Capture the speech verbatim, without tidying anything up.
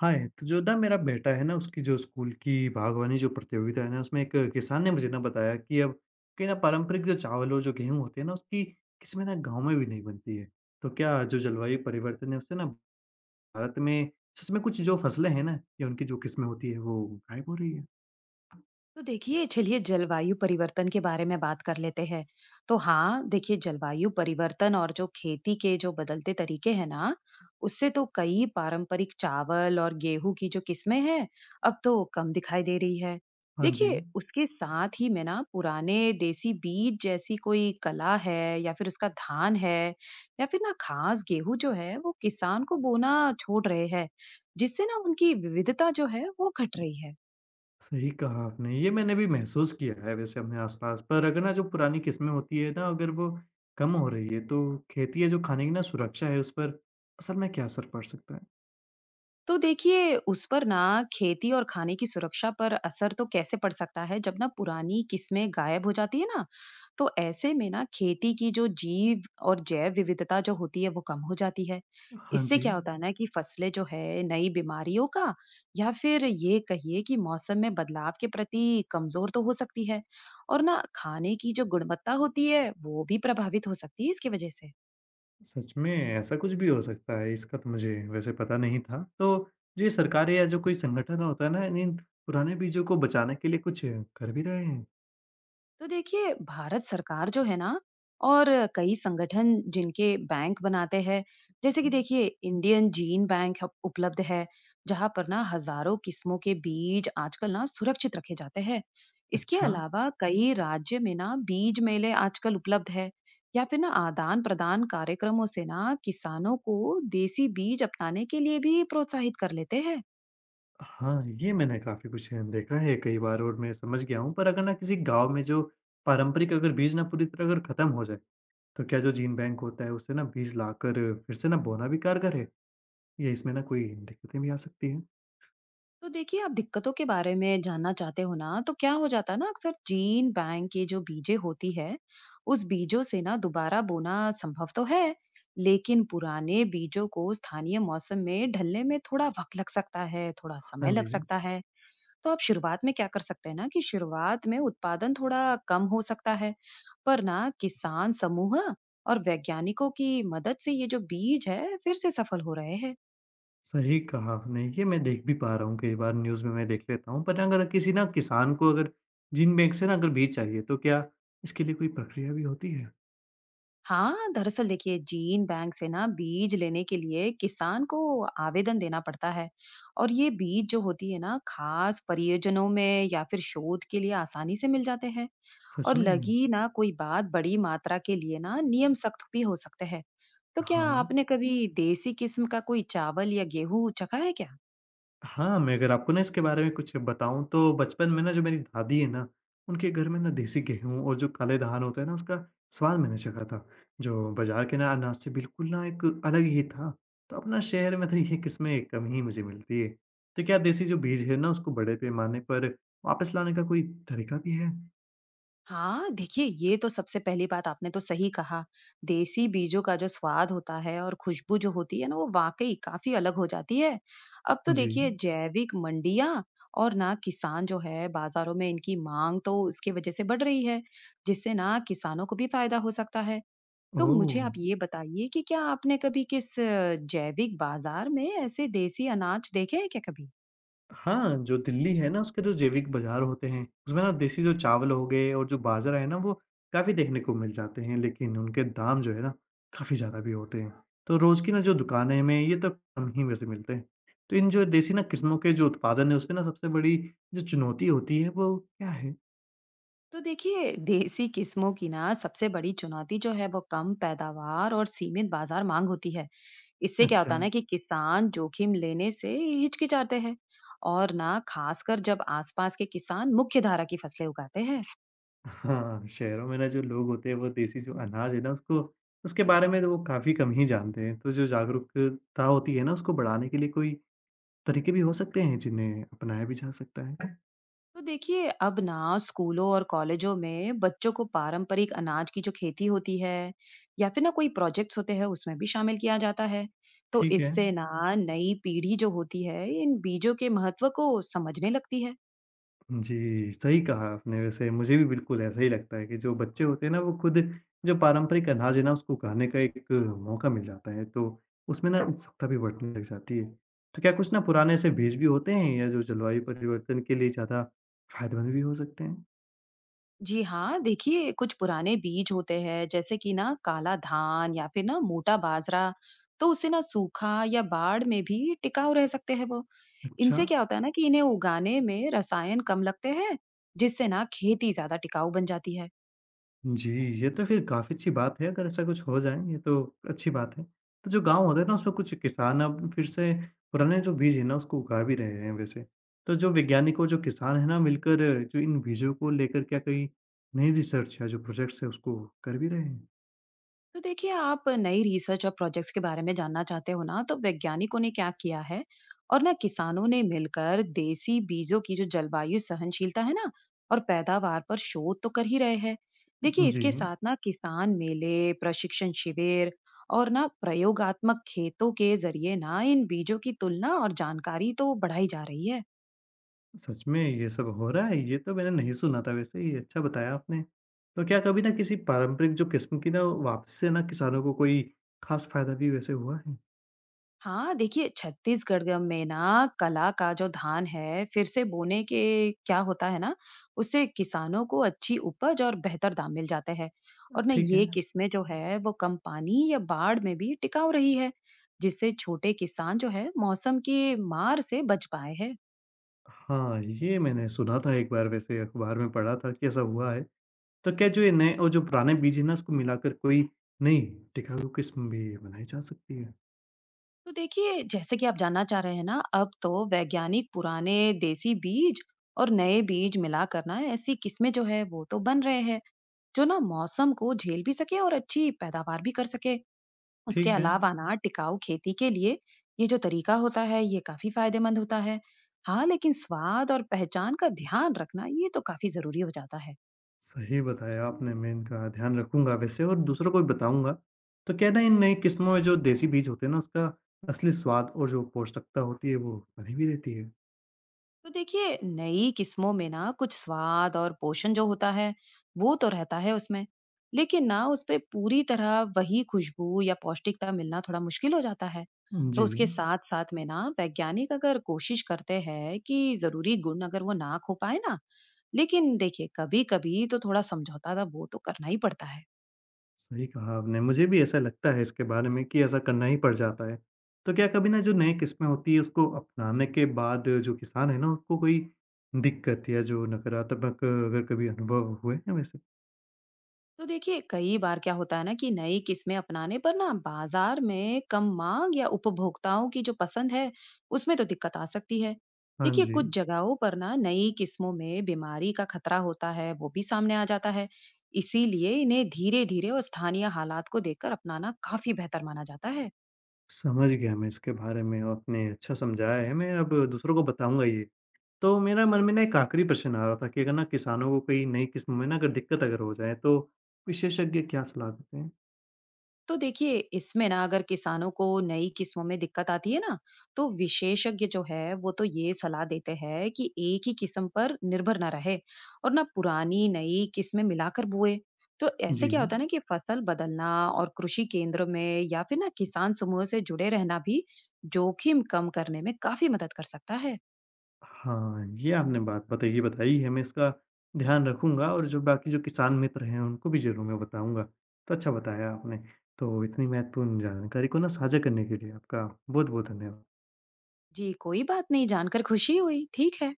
हाय, तो जो ना मेरा बेटा है ना उसकी जो स्कूल की बागवानी जो प्रतियोगिता है ना उसमें एक किसान ने मुझे ना बताया कि अब कहीं ना पारंपरिक जो चावल और जो गेहूं होते हैं ना उसकी किसी में ना गांव में भी नहीं बनती है। तो क्या जो जलवायु परिवर्तन है उससे ना भारत में सच में कुछ जो फसलें हैं ना या उनकी जो किस्में होती है वो गायब हो रही है? तो देखिए चलिए जलवायु परिवर्तन के बारे में बात कर लेते हैं। तो हाँ देखिए, जलवायु परिवर्तन और जो खेती के जो बदलते तरीके हैं ना, उससे तो कई पारंपरिक चावल और गेहूं की जो किस्में हैं अब तो कम दिखाई दे रही है। हाँ जी, देखिए उसके साथ ही में ना पुराने देसी बीज जैसी कोई कला है या फिर उसका धान है या फिर ना खास गेहूं जो है वो किसान को बोना छोड़ रहे हैं, जिससे ना उनकी विविधता जो है वो घट रही है। सही कहा आपने, ये मैंने भी महसूस किया है वैसे। अपने आसपास पर अगर ना जो पुरानी किस्में होती है ना अगर वो कम हो रही है तो खेती है जो खाने की ना सुरक्षा है उस पर असल में क्या असर पड़ सकता है? तो देखिए उस पर ना खेती और खाने की सुरक्षा पर असर तो कैसे पड़ सकता है जब ना पुरानी किस्में गायब हो जाती है ना। तो ऐसे में ना खेती की जो जीव और जैव विविधता जो होती है वो कम हो जाती है। हाँ इससे जी, क्या होता है ना कि फसलें जो है नई बीमारियों का या फिर ये कहिए कि मौसम में बदलाव के प्रति कमजोर तो हो सकती है, और ना खाने की जो गुणवत्ता होती है वो भी प्रभावित हो सकती है इसकी वजह से। सच में ऐसा कुछ भी हो सकता है, इसका तो मुझे वैसे पता नहीं था। तो जी, सरकारें या जो कोई संगठन होता है ना, इन पुराने बीजों को बचाने के लिए कुछ कर भी रहे हैं। तो देखिए भारत सरकार जो है ना, और कई संगठन जिनके बैंक बनाते हैं, जैसे कि देखिए इंडियन जीन बैंक हब- उपलब्ध है, जहां पर ना हजारों किस्मों के बीज आजकल ना सुरक्षित रखे जाते हैं। इसके अच्छा, अलावा कई राज्य में ना बीज मेले आजकल उपलब्ध है, या फिर ना आदान प्रदान कार्यक्रमों से ना किसानों को देसी बीज अपनाने के लिए भी प्रोत्साहित कर लेते हैं। हाँ, ये मैंने काफ़ी कुछ देखा है कई बार और मैं समझ गया हूँ। पर अगर ना किसी गाँव में जो पारंपरिक अगर बीज ना पूरी तरह अगर ख़त्म हो जाए, तो क्या जो जीन बैंक होता है, उससे ना बीज लाकर फिर से ना बोना भी कारगर है? या इसमें ना कोई दिक्कतें भी आ सकती हैं? तो देखिए आप दिक्कतों के बारे में जानना चाहते हो ना, तो क्या हो जाता है ना अक्सर जीन बैंक की जो बीजें होती है, उस बीजों से ना दोबारा बोना संभव तो है, लेकिन पुराने बीजों को स्थानीय मौसम में ढलने में थोड़ा वक्त लग सकता है, थोड़ा समय हाँ लग जी। सकता है। तो आप शुरुआत में क्या कर सकते हैं ना कि शुरुआत में उत्पादन थोड़ा कम हो सकता है, पर ना किसान समूह और वैज्ञानिकों की मदद से ये जो बीज है फिर से सफल हो रहे हैं। सही कहा आपने, ये मैं देख भी पा रहा हूँ, कई बार न्यूज़ में मैं देख लेता हूँ। पर अगर किसी ना किसान को अगर जिन बैंक से ना अगर बीज चाहिए तो क्या इसके लिए कोई प्रक्रिया भी होती है? हाँ, दरअसल देखिए जीन बैंक से ना बीज लेने के लिए किसान को आवेदन देना पड़ता है, और ये बीज जो होती है ना खास परियोजनों में या फिर शोध के लिए आसानी से मिल जाते हैं। सच और में? लगी ना कोई बात बड़ी मात्रा के लिए ना नियम सख्त भी हो सकते हैं। तो क्या हाँ। आपने कभी देसी किस्म का कोई चावल या गेहूं चखा है क्या? हाँ, मैं अगर आपको ना इसके बारे में कुछ बताऊँ तो बचपन में ना जो मेरी दादी है ना, उनके घर में ना देसी गेहूँ और जो काले धान होते हैं ना उसका स्वाद मैंने चखा था। जो बाज़ार के ना अनाज से बिल्कुल ना एक अलग ही था। तो अपना शहर में तो ये किस्में कम ही मुझे मिलती है। तो क्या देसी जो बीज है ना उसको बड़े पैमाने पर वापस लाने का कोई तरीका भी है? हाँ, देखिए ये तो सबसे पहली बात आपने तो सही कहा। देसी बीजों का जो स्वाद होता है और खुशबू जो होती है ना वो वाक़ई काफ़ी अलग हो जाती है। अब तो जी। देखिए जैविक मंडियाँ और ना किसान जो है बाज़ारों में इनकी माँग तो उसकी वज़ह से बढ़ रही है, जिससे ना किसानों को भी फ़ायदा हो सकता है। तो ओह! मुझे आप ये बताइए कि क्या आपने कभी किस अ, जैविक बाज़ार में ऐसे देसी अनाज देखे हैं क्या कभी? हाँ, जो दिल्ली है ना उसके जो जैविक बाज़ार होते हैं, उसमें ना देसी जो चावल हो गए और जो बाजरा है ना वो काफ़ी देखने को मिल जाते हैं, लेकिन उनके दाम जो है ना काफ़ी ज़्यादा भी होते हैं। तो रोज़ की ना जो दुकानें में ये तो कम ही वैसे मिलते हैं। तो इन जो देसी ना किस्मों के जो उत्पादन है उसमें ना सबसे बड़ी जो चुनौती होती है वो क्या है? तो देखिए देसी किस्मों की ना सबसे बड़ी चुनौती जो है वो कम पैदावार और सीमित बाजार मांग होती है। इससे क्या अच्छा। होता है ना कि किसान जोखिम लेने से हिचकिचाते हैं, और ना खासकर जब आसपास के किसान मुख्य धारा की फसलें उगाते हैं। हाँ, शहरों में ना जो लोग होते हैं वो देसी जो अनाज है ना उसको उसके बारे में तो वो काफ़ी कम ही जानते हैं। तो जो जागरूकता होती है ना उसको बढ़ाने के लिए कोई तरीके भी हो सकते हैं जिन्हें अपनाया भी जा सकता है। तो देखिए अब ना स्कूलों और कॉलेजों में बच्चों को पारंपरिक अनाज की जो खेती होती है या फिर ना कोई प्रोजेक्ट्स होते हैं उसमें भी शामिल किया जाता है। तो ठीक है। इससे ना नई पीढ़ी जो होती है इन बीजों के महत्व को समझने लगती है। जी, सही कहा आपने वैसे, मुझे भी बिल्कुल ऐसा ही लगता है कि जो बच्चे होते हैं ना वो खुद जो पारंपरिक अनाज है ना उसको खाने का एक मौका मिल जाता है तो उसमें ना उत्सुकता भी बढ़ने लग जाती है। तो क्या कुछ ना पुराने ऐसे बीज भी होते हैं या जो जलवायु परिवर्तन के लिए ज़्यादा फ़ायदेमंद भी हो सकते हैं? जी हाँ देखिए कुछ पुराने बीज होते हैं जैसे कि ना काला धान या फिर ना मोटा बाजरा, तो उससे ना सूखा या बाढ़ में भी टिकाऊ रह सकते हैं वो। अच्छा। इनसे क्या होता है ना कि इन्हें उगाने में रसायन कम लगते हैं, जिससे ना खेती ज्यादा टिकाऊ बन जाती है। जी, ये तो फिर काफ़ी अच्छी बात है, अगर ऐसा कुछ हो जाए, ये तो अच्छी बात है। तो जो गाँव होता है ना, उसमें कुछ किसान अब फिर से पुराने जो बीज हैं ना, उसको उगा भी रहे हैं वैसे। तो जो वैज्ञानिक और जो किसान हैं ना, मिलकर जो इन बीजों को लेकर क्या कोई नई रिसर्च या जो प्रोजेक्ट्स हैं, उसको कर भी रहे हैं? तो देखिए आप नई रिसर्च और प्रोजेक्ट्स के बारे में जानना चाहते हो ना, तो वैज्ञानिकों ने क्या किया है और ना किसानों ने मिलकर देसी बीजों की जो जलवायु सहनशीलता है ना और पैदावार पर शोध तो कर ही रहे हैं। देखिए जी, इसके साथ ना किसान मेले, प्रशिक्षण शिविर और ना प्रयोगात्मक खेतों के जरिए ना इन बीजों की तुलना और जानकारी तो बढ़ाई जा रही है। सच में ये सब हो रहा है, ये तो मैंने नहीं सुना था वैसे, ये अच्छा बताया आपने। तो क्या कभी ना किसी पारंपरिक जो किस्म की ना वापसी से ना किसानों को कोई ख़ास फ़ायदा भी वैसे हुआ है? हाँ, देखिए छत्तीसगढ़ ग में ना कला का जो धान है, फिर से बोने के क्या होता है ना, उससे किसानों को अच्छी उपज और बेहतर दाम मिल जाते हैं। और ना ठीक ये है। किस्में जो है, वो कम पानी या बाढ़ में भी टिकाऊ रही है, जिससे छोटे किसान जो है, मौसम की मार से बच पाए हैं। हाँ, ये मैंने सुना था एक बार, वैसे अखबार में पढ़ा था कि ऐसा हुआ है। तो क्या जो ये नए और जो पुराने बीज है ना उसको मिलाकर कोई नई टिकाऊ किस्म भी बनाई जा सकती है? तो देखिए, जैसे कि आप जानना चाह रहे हैं ना, अब तो वैज्ञानिक पुराने देसी बीज और नए बीज मिलाकर ना ऐसी किस्में जो है, वो तो बन रहे हैं। जो ना मौसम को झेल भी सके और अच्छी पैदावार भी कर सके। उसके ठीक है, अलावा ना टिकाऊ खेती के लिए ये जो तरीका होता है ये काफी फायदेमंद होता है। हाँ लेकिन स्वाद और पहचान का ध्यान रखना ये तो काफी जरूरी हो जाता है। सही बताया आपने, मैं इनका ध्यान रखूँगा वैसे और दूसरों को भी बताऊँगा। तो क्या ना इन नई किस्मों में जो देसी बीज होते हैं ना उसका असली स्वाद और जो पौष्टिकता होती है वो बनी भी रहती है? तो देखिए नई किस्मों में ना कुछ स्वाद और पोषण जो होता है वो तो रहता है उसमें, लेकिन ना उसपे पूरी तरह वही खुशबू या पौष्टिकता मिलना थोड़ा मुश्किल हो जाता है। तो जी। उसके साथ साथ में ना वैज्ञानिक अगर कोशिश करते हैं कि जरूरी गुण अगर वो ना खो पाए ना, लेकिन देखिए कभी कभी तो थोड़ा समझौता था वो तो करना ही पड़ता है। सही कहा आपने। मुझे भी ऐसा लगता है इसके बारे में कि ऐसा करना ही पड़ जाता है। तो क्या कभी ना जो नई किस्में होती है उसको अपनाने के बाद जो किसान है ना उसको कोई दिक्कत या जो नकारात्मक अगर कभी अनुभव हुए हैं वैसे? तो देखिए कई बार क्या होता है ना कि नई किस्में अपनाने पर ना बाजार में कम मांग या उपभोक्ताओं की जो पसंद है उसमें तो दिक्कत आ सकती है। हाँ देखिए जी, कुछ जगहों पर ना नई किस्मों में बीमारी का खतरा होता है वो भी सामने आ जाता है। इसीलिए इन्हें धीरे धीरे और स्थानीय हालात को देखकर अपनाना काफी बेहतर माना जाता है। समझ गया मैं इसके बारे में, आपने अच्छा समझाया है, मैं अब दूसरों को बताऊँगा ये। तो मेरा मन में ना एक आखिरी प्रश्न आ रहा था कि अगर ना किसानों को कोई नई किस्म में ना अगर दिक्कत अगर हो जाए तो विशेषज्ञ क्या सलाह देते हैं? तो देखिए इसमें ना अगर किसानों को नई किस्मों में दिक्कत आती है ना, तो विशेषज्ञ जो है वो तो ये सलाह देते हैं कि एक ही किस्म पर निर्भर ना रहे, और ना पुरानी नई किस्में मिलाकर बोए। तो जी। ऐसे क्या होता है ना कि फसल बदलना और कृषि केंद्र में या फिर ना किसान समूह से जुड़े रहना भी जोखिम कम करने में काफी मदद कर सकता है। हाँ, ये आपने बात बताई, ये बताई है, मैं इसका ध्यान रखूँगा और जो बाकी जो किसान मित्र हैं, उनको भी ज़रूर मैं बताऊँगा। तो अच्छा बताया आपने। तो इतनी महत्वपूर्ण जानकारी को ना साझा करने के लिए आपका बहुत-बहुत धन्यवाद। जी कोई बात नहीं, जानकर खुशी हुई। ठीक है।